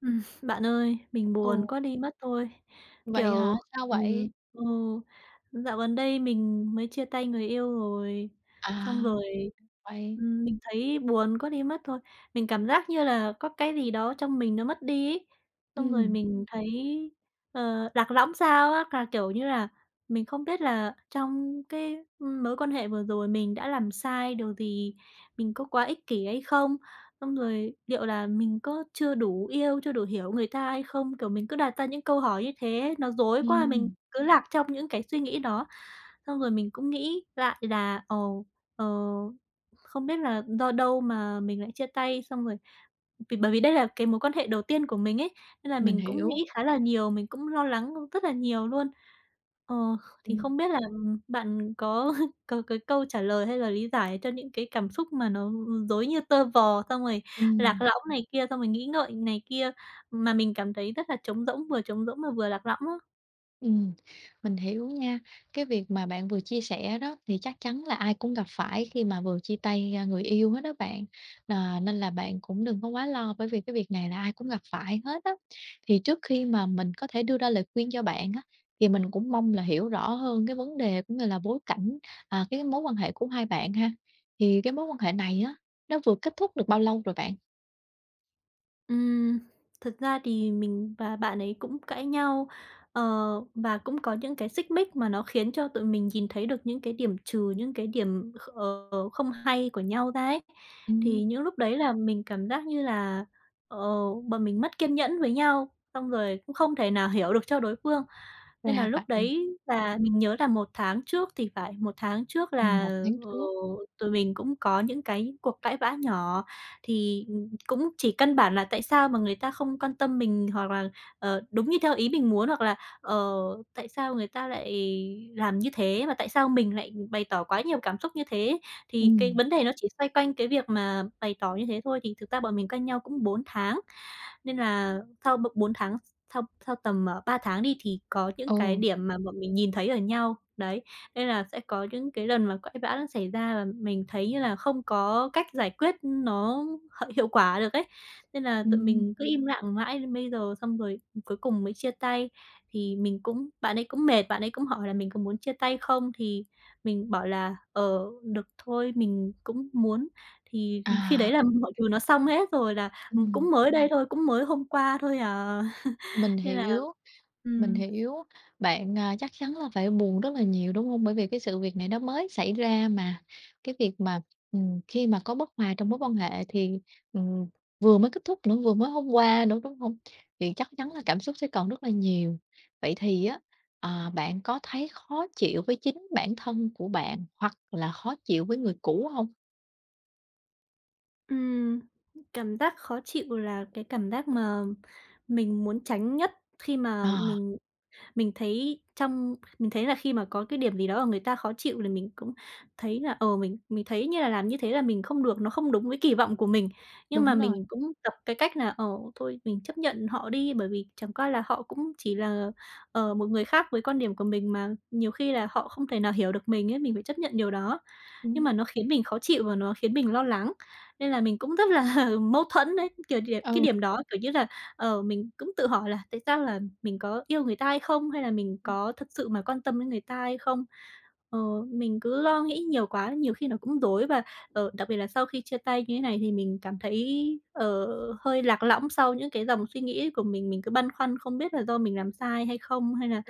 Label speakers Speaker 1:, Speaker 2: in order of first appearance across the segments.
Speaker 1: Bạn ơi, mình buồn
Speaker 2: Ồ,
Speaker 1: quá đi mất thôi.
Speaker 2: vậy hả?
Speaker 1: Kiểu,
Speaker 2: Sao
Speaker 1: ừm,
Speaker 2: vậy?
Speaker 1: ừ, Dạo gần đây mình mới chia tay người yêu rồi, xong
Speaker 2: À,
Speaker 1: rồi,
Speaker 2: vậy
Speaker 1: mình thấy buồn quá đi mất thôi. Mình cảm giác như là có cái gì đó trong mình nó mất đi ấy, xong rồi
Speaker 2: ừm,
Speaker 1: mình thấy, lạc lõng sao á, là, kiểu như là, mình không biết là trong cái, mối quan hệ vừa rồi mình đã làm sai điều gì, mình có quá ích kỷ hay không? Xong rồi liệu là mình có chưa đủ yêu, chưa đủ hiểu người ta hay không? Kiểu, mình cứ đặt ra những câu hỏi như thế, nó rối quá, mình
Speaker 2: ừm,
Speaker 1: cứ lạc trong những cái suy nghĩ đó. Xong rồi mình cũng nghĩ lại là, ồ, ờ, không biết là do đâu mà mình lại chia tay, xong rồi bởi vì đây là cái mối quan hệ đầu tiên của mình ấy, nên là
Speaker 2: mình
Speaker 1: mình cũng
Speaker 2: hiểu.
Speaker 1: nghĩ khá là nhiều, mình cũng lo lắng rất là nhiều luôn. Ờ, thì
Speaker 2: Ừm,
Speaker 1: không biết là, bạn có có cái câu trả lời hay là lý giải cho những cái cảm xúc mà nó, rối như tơ vò, xong rồi lạc
Speaker 2: ừm.
Speaker 1: lõng này kia, xong rồi nghĩ ngợi này kia, mà mình cảm thấy rất là trống rỗng, vừa trống rỗng mà vừa lạc lõng á?
Speaker 2: Ừm, mình hiểu nha. Cái việc mà bạn vừa chia sẻ đó thì chắc chắn là ai cũng gặp phải khi mà vừa chia tay, a, người yêu hết đó bạn, nên là bạn cũng đừng có quá lo bởi vì cái việc này là ai cũng gặp phải hết á. Thì trước khi mà mình có thể đưa ra lời khuyên cho bạn á, thì mình cũng mong là hiểu rõ hơn cái vấn đề cũng như là bối cảnh, à, cái mối quan hệ của hai bạn ha. Thì cái mối quan hệ này á, nó vừa kết thúc được bao lâu rồi bạn?
Speaker 1: Ừm, Thật ra thì mình và bạn ấy cũng cãi nhau, ờ, và cũng có những cái xích mích mà nó khiến cho tụi mình nhìn thấy được những cái điểm trừ, những cái không hay của nhau ra ấy.
Speaker 2: Ừm,
Speaker 1: Thì những lúc đấy là mình cảm giác như là, ờ, bọn mình mất kiên nhẫn với nhau, xong rồi cũng không thể nào hiểu được cho đối phương. Nên là
Speaker 2: ra
Speaker 1: lúc
Speaker 2: vậy,
Speaker 1: đấy là mình nhớ là 1 tháng trước thì phải, 1 tháng trước là,
Speaker 2: 1 tháng
Speaker 1: ờ,
Speaker 2: trước.
Speaker 1: tụi mình cũng có những cái cuộc cãi vã nhỏ, thì cũng chỉ căn bản là tại sao mà người ta không quan tâm mình hoặc là, đúng như theo ý mình muốn, hoặc là, ờ, tại sao người ta lại làm như thế và tại sao mình lại bày tỏ quá nhiều cảm xúc như thế.
Speaker 2: Ừ.
Speaker 1: Thì cái vấn đề nó chỉ xoay quanh cái việc mà bày tỏ như thế thôi, thì thực ra bọn mình quen nhau cũng 4 tháng. Nên là sau b 4 tháng, sau sau tầm, 3 tháng đi thì có những
Speaker 2: ồ,
Speaker 1: cái điểm mà bọn mình nhìn thấy ở nhau, đấy, nên là sẽ có những cái lần mà cãi vã nó xảy ra và mình thấy như là không có cách giải quyết nó hiệu quả được ấy. Nên là tụi
Speaker 2: ừm,
Speaker 1: mình cứ im lặng mãi đến bây giờ xong rồi cuối cùng mới chia tay. Thì mình, bạn ấy cũng mệt, bạn ấy cũng hỏi là "Mình có muốn chia tay không?" Thì mình bảo là "Ờ, được thôi, mình cũng muốn." Thì khi
Speaker 2: à,
Speaker 1: đấy là mọi thứ nó xong hết rồi là
Speaker 2: ừm.
Speaker 1: cũng mới đây thôi, cũng mới hôm qua thôi à,
Speaker 2: Mình
Speaker 1: nên là
Speaker 2: hiểu, mình
Speaker 1: ừm,
Speaker 2: hiểu. Bạn, à, chắc chắn là phải buồn rất là nhiều, đúng không? Bởi vì cái sự việc này nó mới xảy ra mà. Cái việc mà, khi mà có bất hòa trong mối quan hệ thì, ừm, vừa mới kết thúc nữa, vừa mới hôm qua nữa, đúng không? Thì chắc chắn là cảm xúc sẽ còn rất là nhiều. Vậy thì á, à, bạn có thấy khó chịu với chính bản thân của bạn hoặc là khó chịu với người cũ không?
Speaker 1: ừm, cảm giác khó chịu là cái cảm giác mà mình muốn tránh nhất khi
Speaker 2: Ờ,
Speaker 1: mà mình Mình thấy mình thấy là khi mà có cái điểm gì đó mà người ta khó chịu thì mình cũng thấy là, mình thấy như là làm như thế là mình không được, nó không đúng với kỳ vọng của mình. Nhưng mà
Speaker 2: đúng rồi.
Speaker 1: mình cũng tập cái cách là, thôi mình chấp nhận họ đi, bởi vì chẳng qua là họ cũng chỉ là, một người khác với quan điểm của mình mà, nhiều khi là họ không thể nào hiểu được mình ấy, mình phải chấp nhận điều đó nhưng mà
Speaker 2: Ừm,
Speaker 1: nó khiến mình khó chịu và nó khiến mình lo lắng. Nên là mình cũng rất là mâu thuẫn đấy, kiểu, cái
Speaker 2: ừ,
Speaker 1: điểm đó, kiểu như là, mình cũng tự hỏi là tại sao là mình có yêu người ta hay không? Hay là mình
Speaker 2: ừ.
Speaker 1: có thật sự mà quan tâm đến người ta hay không? Ờ, mình cứ lo nghĩ nhiều quá, nhiều khi nó cũng rối và, đặc biệt là sau khi chia tay như thế này thì mình cảm thấy, hơi lạc lõng sau những cái dòng suy nghĩ của mình. Mình cứ băn khoăn không biết là do mình làm sai hay không? Hay là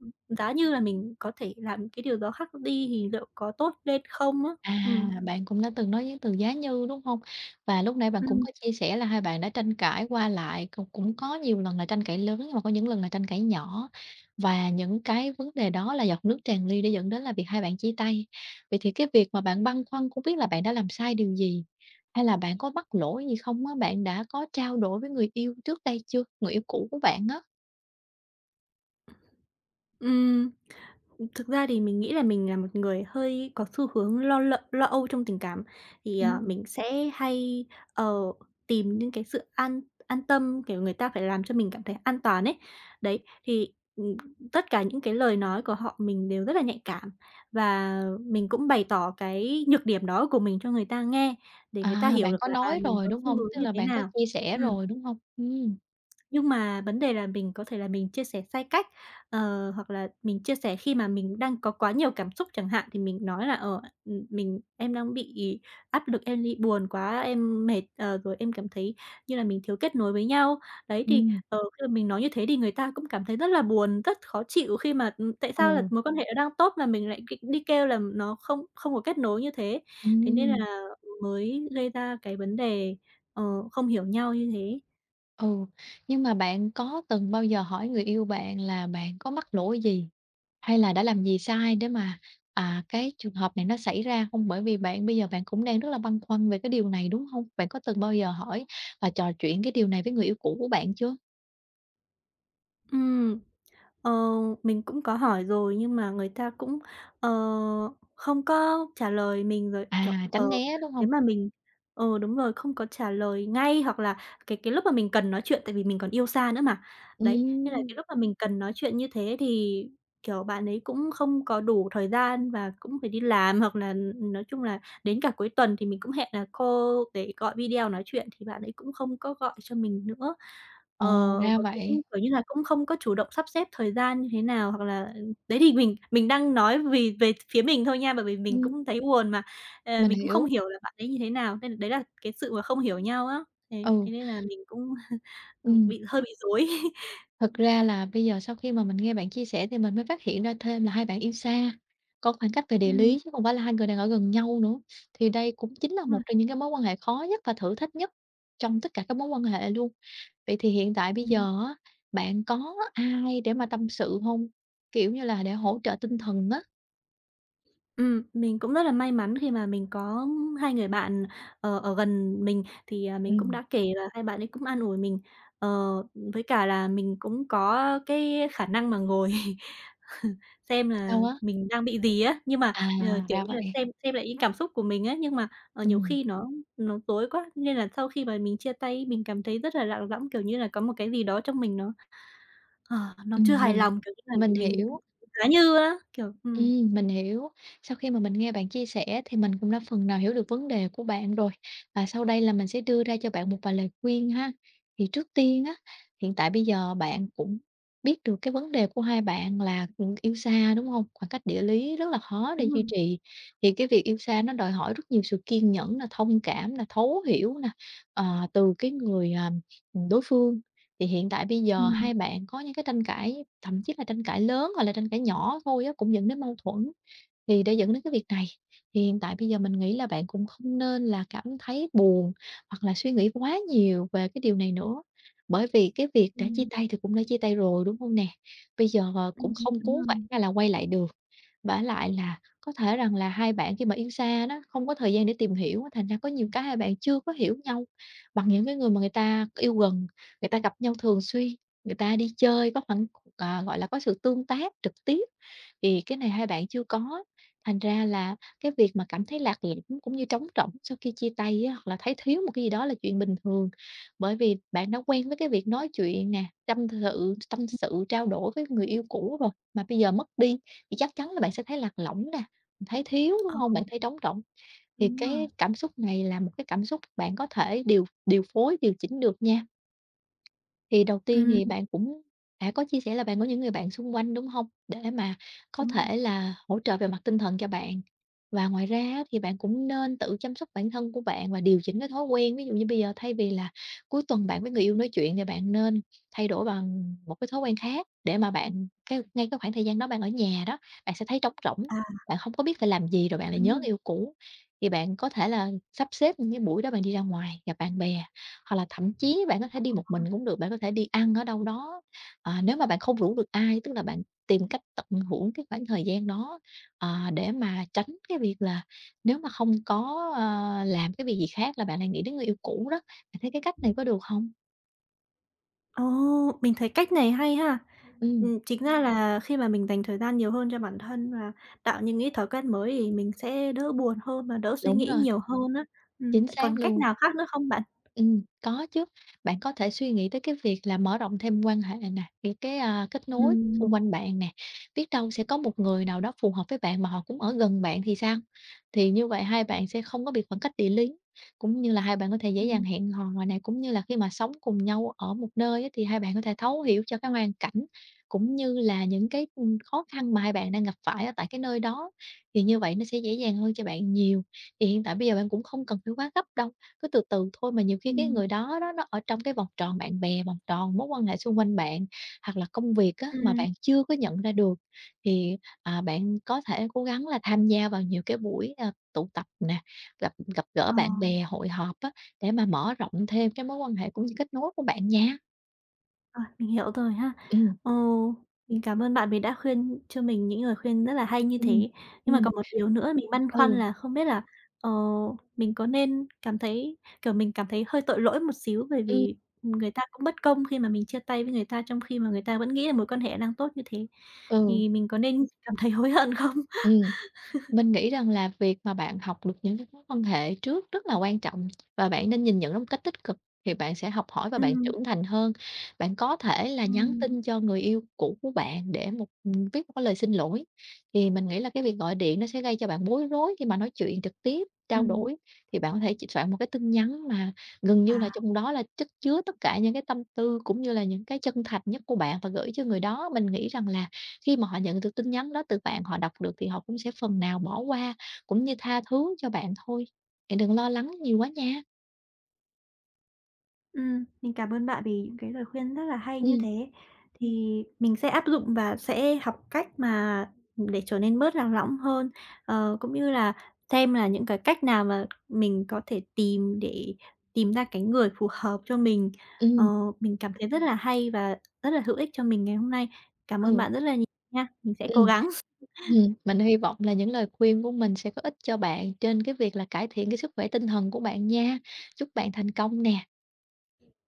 Speaker 1: Giá như là mình có thể làm cái điều đó khác đi thì liệu có tốt lên không á?
Speaker 2: À,
Speaker 1: Ừm.
Speaker 2: bạn cũng đã từng nói đến từ giá như, đúng hông? Và lúc nãy bạn cũng
Speaker 1: Ừm.
Speaker 2: có chia sẻ là hai bạn đã tranh cãi qua lại, cũng cũng có nhiều lần là tranh cãi lớn nhưng mà có những lần là tranh cãi nhỏ, và những cái vấn đề đó là giọt nước tràn ly đã dẫn đến là việc hai bạn chia tay. Vậy thì cái việc mà bạn băn khoăn không biết là bạn đã làm sai điều gì, hay là bạn có mắc lỗi gì không á? Bạn đã có trao đổi với người yêu trước đây chưa? Người yêu cũ của bạn á?
Speaker 1: Ừm, Thực ra thì mình nghĩ là mình là một người hơi có xu hướng lo âu trong tình cảm, thì,
Speaker 2: Ừm,
Speaker 1: mình sẽ hay, ờ, tìm những cái sự an tâm, kiểu, người ta phải làm cho mình cảm thấy an toàn ấy. Đấy, thì, tất cả những cái lời nói của họ mình đều rất là nhạy cảm và mình cũng bày tỏ cái nhược điểm đó của mình cho người ta nghe để người ta
Speaker 2: à,
Speaker 1: hiểu
Speaker 2: bạn
Speaker 1: được
Speaker 2: có
Speaker 1: là, à,
Speaker 2: nói
Speaker 1: mình
Speaker 2: rồi,
Speaker 1: có
Speaker 2: đúng
Speaker 1: xu
Speaker 2: hông?
Speaker 1: hướng
Speaker 2: Tức
Speaker 1: như
Speaker 2: là
Speaker 1: thế
Speaker 2: bạn có
Speaker 1: nào.
Speaker 2: chia sẻ rồi, đúng hông?
Speaker 1: Nhưng mà vấn đề là mình có thể là mình chia sẻ sai cách, hoặc là mình chia sẻ khi mà mình đang có quá nhiều cảm xúc chẳng hạn, thì mình nói là "Ờ, em đang bị áp lực, em bị buồn quá, em mệt, rồi em cảm thấy như là mình thiếu kết nối với nhau." Đấy, thì,
Speaker 2: Ừm,
Speaker 1: khi mà mình nói như thế thì người ta cũng cảm thấy rất là buồn, rất khó chịu khi mà, tại sao là
Speaker 2: ừ,
Speaker 1: mối quan hệ đang tốt mà mình lại đi đi kêu là nó không không có kết nối như thế. Thế nên là
Speaker 2: ừm.
Speaker 1: mới gây ra cái vấn đề, ờ, không hiểu nhau như thế.
Speaker 2: Ừ, nhưng mà bạn có từng bao giờ hỏi người yêu bạn là bạn có mắc lỗi gì, hay là đã làm gì sai để mà, à, cái trường hợp này nó xảy ra không? Bởi vì bạn bây giờ bạn cũng đang rất là băn khoăn về cái điều này, đúng không? Bạn có từng bao giờ hỏi và trò chuyện cái điều này với người yêu cũ của bạn chưa?
Speaker 1: Ừm. Ờ, mình cũng có hỏi rồi nhưng mà người ta cũng, ờ, không có trả lời mình rồi, kiểu,
Speaker 2: À, tránh né, đúng không?
Speaker 1: nếu mà mình ừ, đúng rồi, không có trả lời ngay hoặc là cái lúc mà mình cần nói chuyện tại vì mình còn yêu xa nữa mà. Đấy, nên là
Speaker 2: ừ
Speaker 1: cái lúc mà mình cần nói chuyện như thế thì, kiểu, bạn ấy cũng không có đủ thời gian và cũng phải đi làm hoặc là nói chung là đến cả cuối tuần thì mình cũng hẹn là cô để gọi video nói chuyện thì bạn ấy cũng không có gọi cho mình nữa. Ờ,
Speaker 2: ồ, ra
Speaker 1: và cũng,
Speaker 2: vậy.
Speaker 1: kiểu như là, cũng không có chủ động sắp xếp thời gian như thế nào, hoặc là ừ, đấy thì mình đang nói về phía mình thôi nha, bởi vì mình
Speaker 2: Ừm,
Speaker 1: cũng thấy buồn mà,
Speaker 2: mình
Speaker 1: mình cũng không
Speaker 2: hiểu.
Speaker 1: hiểu là bạn ấy như thế nào, nên là đấy là cái sự mà không hiểu nhau á, thế
Speaker 2: Ừ,
Speaker 1: thế nên là mình cũng,
Speaker 2: ừm.
Speaker 1: hơi bị rối.
Speaker 2: Thực ra là bây giờ sau khi mà mình nghe bạn chia sẻ thì mình mới phát hiện ra thêm là hai bạn yêu xa, có khoảng cách về địa
Speaker 1: Ừm,
Speaker 2: lý chứ không phải là hai người đang ở gần nhau nữa. Thì đây cũng chính là
Speaker 1: đúng
Speaker 2: một
Speaker 1: rồi,
Speaker 2: trong những cái mối quan hệ khó nhất và thử thách nhất trong tất cả các mối quan hệ luôn. Vậy thì hiện tại bây
Speaker 1: ừm,
Speaker 2: giờ á, bạn có ai để mà tâm sự không? Kiểu như là, để hỗ trợ tinh thần á.
Speaker 1: mình cũng rất là may mắn khi mà mình có 2 người bạn, ở gần mình thì, à, mình cũng
Speaker 2: Ừm.
Speaker 1: đã kể là 2 bạn ấy cũng an ủi mình, ờ, với cả là mình cũng có cái khả năng mà ngồi xem là
Speaker 2: Sao á?
Speaker 1: mình đang bị gì á, nhưng mà,
Speaker 2: À,
Speaker 1: kiểu
Speaker 2: ra
Speaker 1: như là,
Speaker 2: vậy.
Speaker 1: xem lại những cảm xúc của mình á, nhưng mà, nhiều
Speaker 2: Ừm,
Speaker 1: khi nó rối quá, nên là sau khi mà mình chia tay mình cảm thấy rất là lạ lõng, kiểu như là, có một cái gì đó trong mình nó, ờ, nó chưa hài
Speaker 2: mình
Speaker 1: lòng, kiểu như là,
Speaker 2: mình
Speaker 1: mình
Speaker 2: hiểu.
Speaker 1: giá như á, kiểu.
Speaker 2: Mình hiểu. Sau khi mà mình nghe bạn chia sẻ thì mình cũng đã phần nào hiểu được vấn đề của bạn rồi, và sau đây là mình sẽ đưa ra cho bạn một vài lời khuyên ha. Thì trước tiên á, hiện tại bây giờ bạn cũng biết được cái vấn đề của hai bạn là, yêu xa, đúng không? Khoảng cách địa lý rất là khó để
Speaker 1: Đúng rồi.
Speaker 2: duy trì, thì cái việc yêu xa nó đòi hỏi rất nhiều sự kiên nhẫn là thông cảm là thấu hiểu nè, ờ, từ cái người, à, đối phương. Thì hiện tại bây giờ hai
Speaker 1: Ừm,
Speaker 2: bạn có những cái tranh cãi, thậm chí là tranh cãi lớn hoặc là tranh cãi nhỏ thôi á, cũng dẫn đến mâu thuẫn, thì để dẫn đến cái việc này, thì hiện tại bây giờ mình nghĩ là bạn cũng không nên là cảm thấy buồn hoặc là suy nghĩ quá nhiều về cái điều này nữa. Bởi vì cái việc đã chia
Speaker 1: ừm,
Speaker 2: tay thì cũng đã chia tay rồi, đúng không nè? Bây giờ, ờ,
Speaker 1: ừm,
Speaker 2: cũng không
Speaker 1: đúng
Speaker 2: cố
Speaker 1: rồi,
Speaker 2: vã hay là quay lại được. Vả lại là có thể rằng là hai bạn khi mà yêu xa đó, không có thời gian để tìm hiểu, thành ra có nhiều cái hai bạn chưa có hiểu nhau bằng những cái người mà người ta yêu gần, người ta gặp nhau thường xuyên, người ta đi chơi có khoảng, à, gọi là, có sự tương tác trực tiếp, thì cái này hai bạn chưa có. Thành ra là cái việc mà cảm thấy lạc lõng cũng như trống rỗng sau khi chia tay á, hoặc là thấy thiếu một cái gì đó là chuyện bình thường, bởi vì bạn đã quen với cái việc nói chuyện nè, tâm sự trao đổi với người yêu cũ rồi, mà bây giờ mất đi thì chắc chắn là bạn sẽ thấy lạc lõng nè, thấy thiếu, đúng không? Bạn thấy trống rỗng, thì
Speaker 1: đúng rồi.
Speaker 2: cái cảm xúc này là một cái cảm xúc bạn có thể điều điều phối, điều chỉnh được nha. Thì đầu tiên thì
Speaker 1: Ừm,
Speaker 2: bạn cũng đã có chia sẻ là bạn có những người bạn xung quanh, đúng không? Để mà có
Speaker 1: đúng rồi.
Speaker 2: thể là hỗ trợ về mặt tinh thần cho bạn. Và ngoài ra á, thì bạn cũng nên tự chăm sóc bản thân của bạn và điều chỉnh cái thói quen. Ví dụ như bây giờ thay vì là cuối tuần bạn với người yêu nói chuyện thì bạn nên thay đổi bằng một cái thói quen khác để mà bạn cái ngay cái khoảng thời gian đó bạn ở nhà đó, bạn sẽ thấy trống rỗng,
Speaker 1: À,
Speaker 2: bạn không có biết phải làm gì rồi bạn lại
Speaker 1: đúng
Speaker 2: nhớ
Speaker 1: rồi.
Speaker 2: người yêu cũ. Thì bạn có thể là sắp xếp những cái buổi đó bạn đi ra ngoài gặp bạn bè. Hoặc là thậm chí bạn có thể đi một mình cũng được, bạn có thể đi ăn ở đâu đó, à, nếu mà bạn không rủ được ai, tức là bạn tìm cách tận hưởng cái khoảng thời gian đó, à, để mà tránh cái việc là nếu mà không có, ờ, làm cái việc gì khác là bạn lại nghĩ đến người yêu cũ đó. Bạn thấy cái cách này có được không?
Speaker 1: Ồ, mình thấy cách này hay ha!
Speaker 2: Ừm,
Speaker 1: Chính ra là khi mà mình dành thời gian nhiều hơn cho bản thân và tạo những cái thói quen mới thì mình sẽ đỡ buồn hơn và đỡ suy
Speaker 2: đúng
Speaker 1: nghĩ
Speaker 2: rồi,
Speaker 1: nhiều hơn á.
Speaker 2: chính
Speaker 1: Vậy
Speaker 2: xác
Speaker 1: còn cách
Speaker 2: luôn.
Speaker 1: nào khác nữa không bạn?
Speaker 2: Có chứ. Bạn có thể suy nghĩ tới cái việc là mở rộng thêm quan hệ nè, những cái, à, kết nối xung
Speaker 1: Ừm,
Speaker 2: quanh bạn nè, biết đâu sẽ có một người nào đó phù hợp với bạn mà họ cũng ở gần bạn thì sao? Thì như vậy hai bạn sẽ không có bị khoảng cách địa lý, cũng như là hai bạn có thể dễ dàng
Speaker 1: ừm,
Speaker 2: hẹn hò ngoài này cũng như là khi mà sống cùng nhau ở một nơi á, thì hai bạn có thể thấu hiểu cho cái hoàn cảnh, cũng như là những cái, khó khăn mà hai bạn đang gặp phải ở tại cái nơi đó, thì như vậy nó sẽ dễ dàng hơn cho bạn nhiều. Thì hiện tại bây giờ bạn cũng không cần phải quá gấp đâu. Cứ từ từ thôi mà nhiều khi cái
Speaker 1: ừm,
Speaker 2: người đó đó nó ở trong cái vòng tròn bạn bè, vòng tròn mối quan hệ xung quanh bạn, hoặc là công việc á, mà
Speaker 1: ừm,
Speaker 2: bạn chưa có nhận ra được. Thì, à, bạn có thể cố gắng là tham gia vào nhiều cái buổi, à, tụ tập nè, gặp gặp gỡ
Speaker 1: ờ.
Speaker 2: bạn bè, hội họp á, để mà mở rộng thêm cái mối quan hệ cũng như kết nối của bạn nha.
Speaker 1: Rồi, mình hiểu rồi ha.
Speaker 2: Ừm,
Speaker 1: Ờ, mình cảm ơn bạn vì đã khuyên cho mình những lời khuyên rất là hay như
Speaker 2: ừm,
Speaker 1: thế. Nhưng mà
Speaker 2: ừm,
Speaker 1: còn một điều nữa mình băn khoăn
Speaker 2: ừ,
Speaker 1: là không biết là, ờ, mình có nên cảm thấy kiểu, mình cảm thấy hơi tội lỗi một xíu bởi
Speaker 2: ừ,
Speaker 1: vì người ta cũng bất công khi mà mình chia tay với người ta trong khi mà người ta vẫn nghĩ là mối quan hệ đang tốt như thế,
Speaker 2: ừ,
Speaker 1: thì mình có nên cảm thấy hối hận không?
Speaker 2: ừm. Mình nghĩ rằng là việc mà bạn học được những cái mối quan hệ trước rất là quan trọng và bạn nên nhìn nhận nó một cách tích cực thì bạn sẽ học hỏi và bạn
Speaker 1: Ừm,
Speaker 2: trưởng thành hơn. Bạn có thể là nhắn
Speaker 1: ừm,
Speaker 2: tin cho người yêu cũ của bạn để viết một cái lời xin lỗi. Thì mình nghĩ là cái việc gọi điện nó sẽ gây cho bạn bối rối khi mà nói chuyện trực tiếp, trao
Speaker 1: ừm,
Speaker 2: đổi thì bạn có thể chỉ soạn một cái tin nhắn mà gần như là
Speaker 1: à.
Speaker 2: trong đó là chất chứa tất cả những cái tâm tư cũng như là những cái chân thành nhất của bạn và gửi cho người đó. Mình nghĩ rằng là khi mà họ nhận được tin nhắn đó từ bạn, họ đọc được thì họ cũng sẽ phần nào bỏ qua, cũng như tha thứ cho bạn thôi. Bạn đừng lo lắng nhiều quá nha.
Speaker 1: Mình cảm ơn bạn vì những cái lời khuyên rất là hay như
Speaker 2: Ừm,
Speaker 1: thế. Thì mình sẽ áp dụng và sẽ học cách mà để trở nên bớt lạc lõng hơn, cũng như là xem là những cái cách nào mà mình có thể tìm để tìm ra cái người phù hợp cho mình. Ờ,
Speaker 2: ừm,
Speaker 1: mình cảm thấy rất là hay và rất là hữu ích cho mình ngày hôm nay. Cảm ơn
Speaker 2: ừ,
Speaker 1: bạn rất là nhiều nha, mình sẽ cố
Speaker 2: ừm,
Speaker 1: gắng.
Speaker 2: Mình hy vọng là những lời khuyên của mình sẽ có ích cho bạn trên cái việc là cải thiện cái sức khỏe tinh thần của bạn nha. Chúc bạn thành công nè.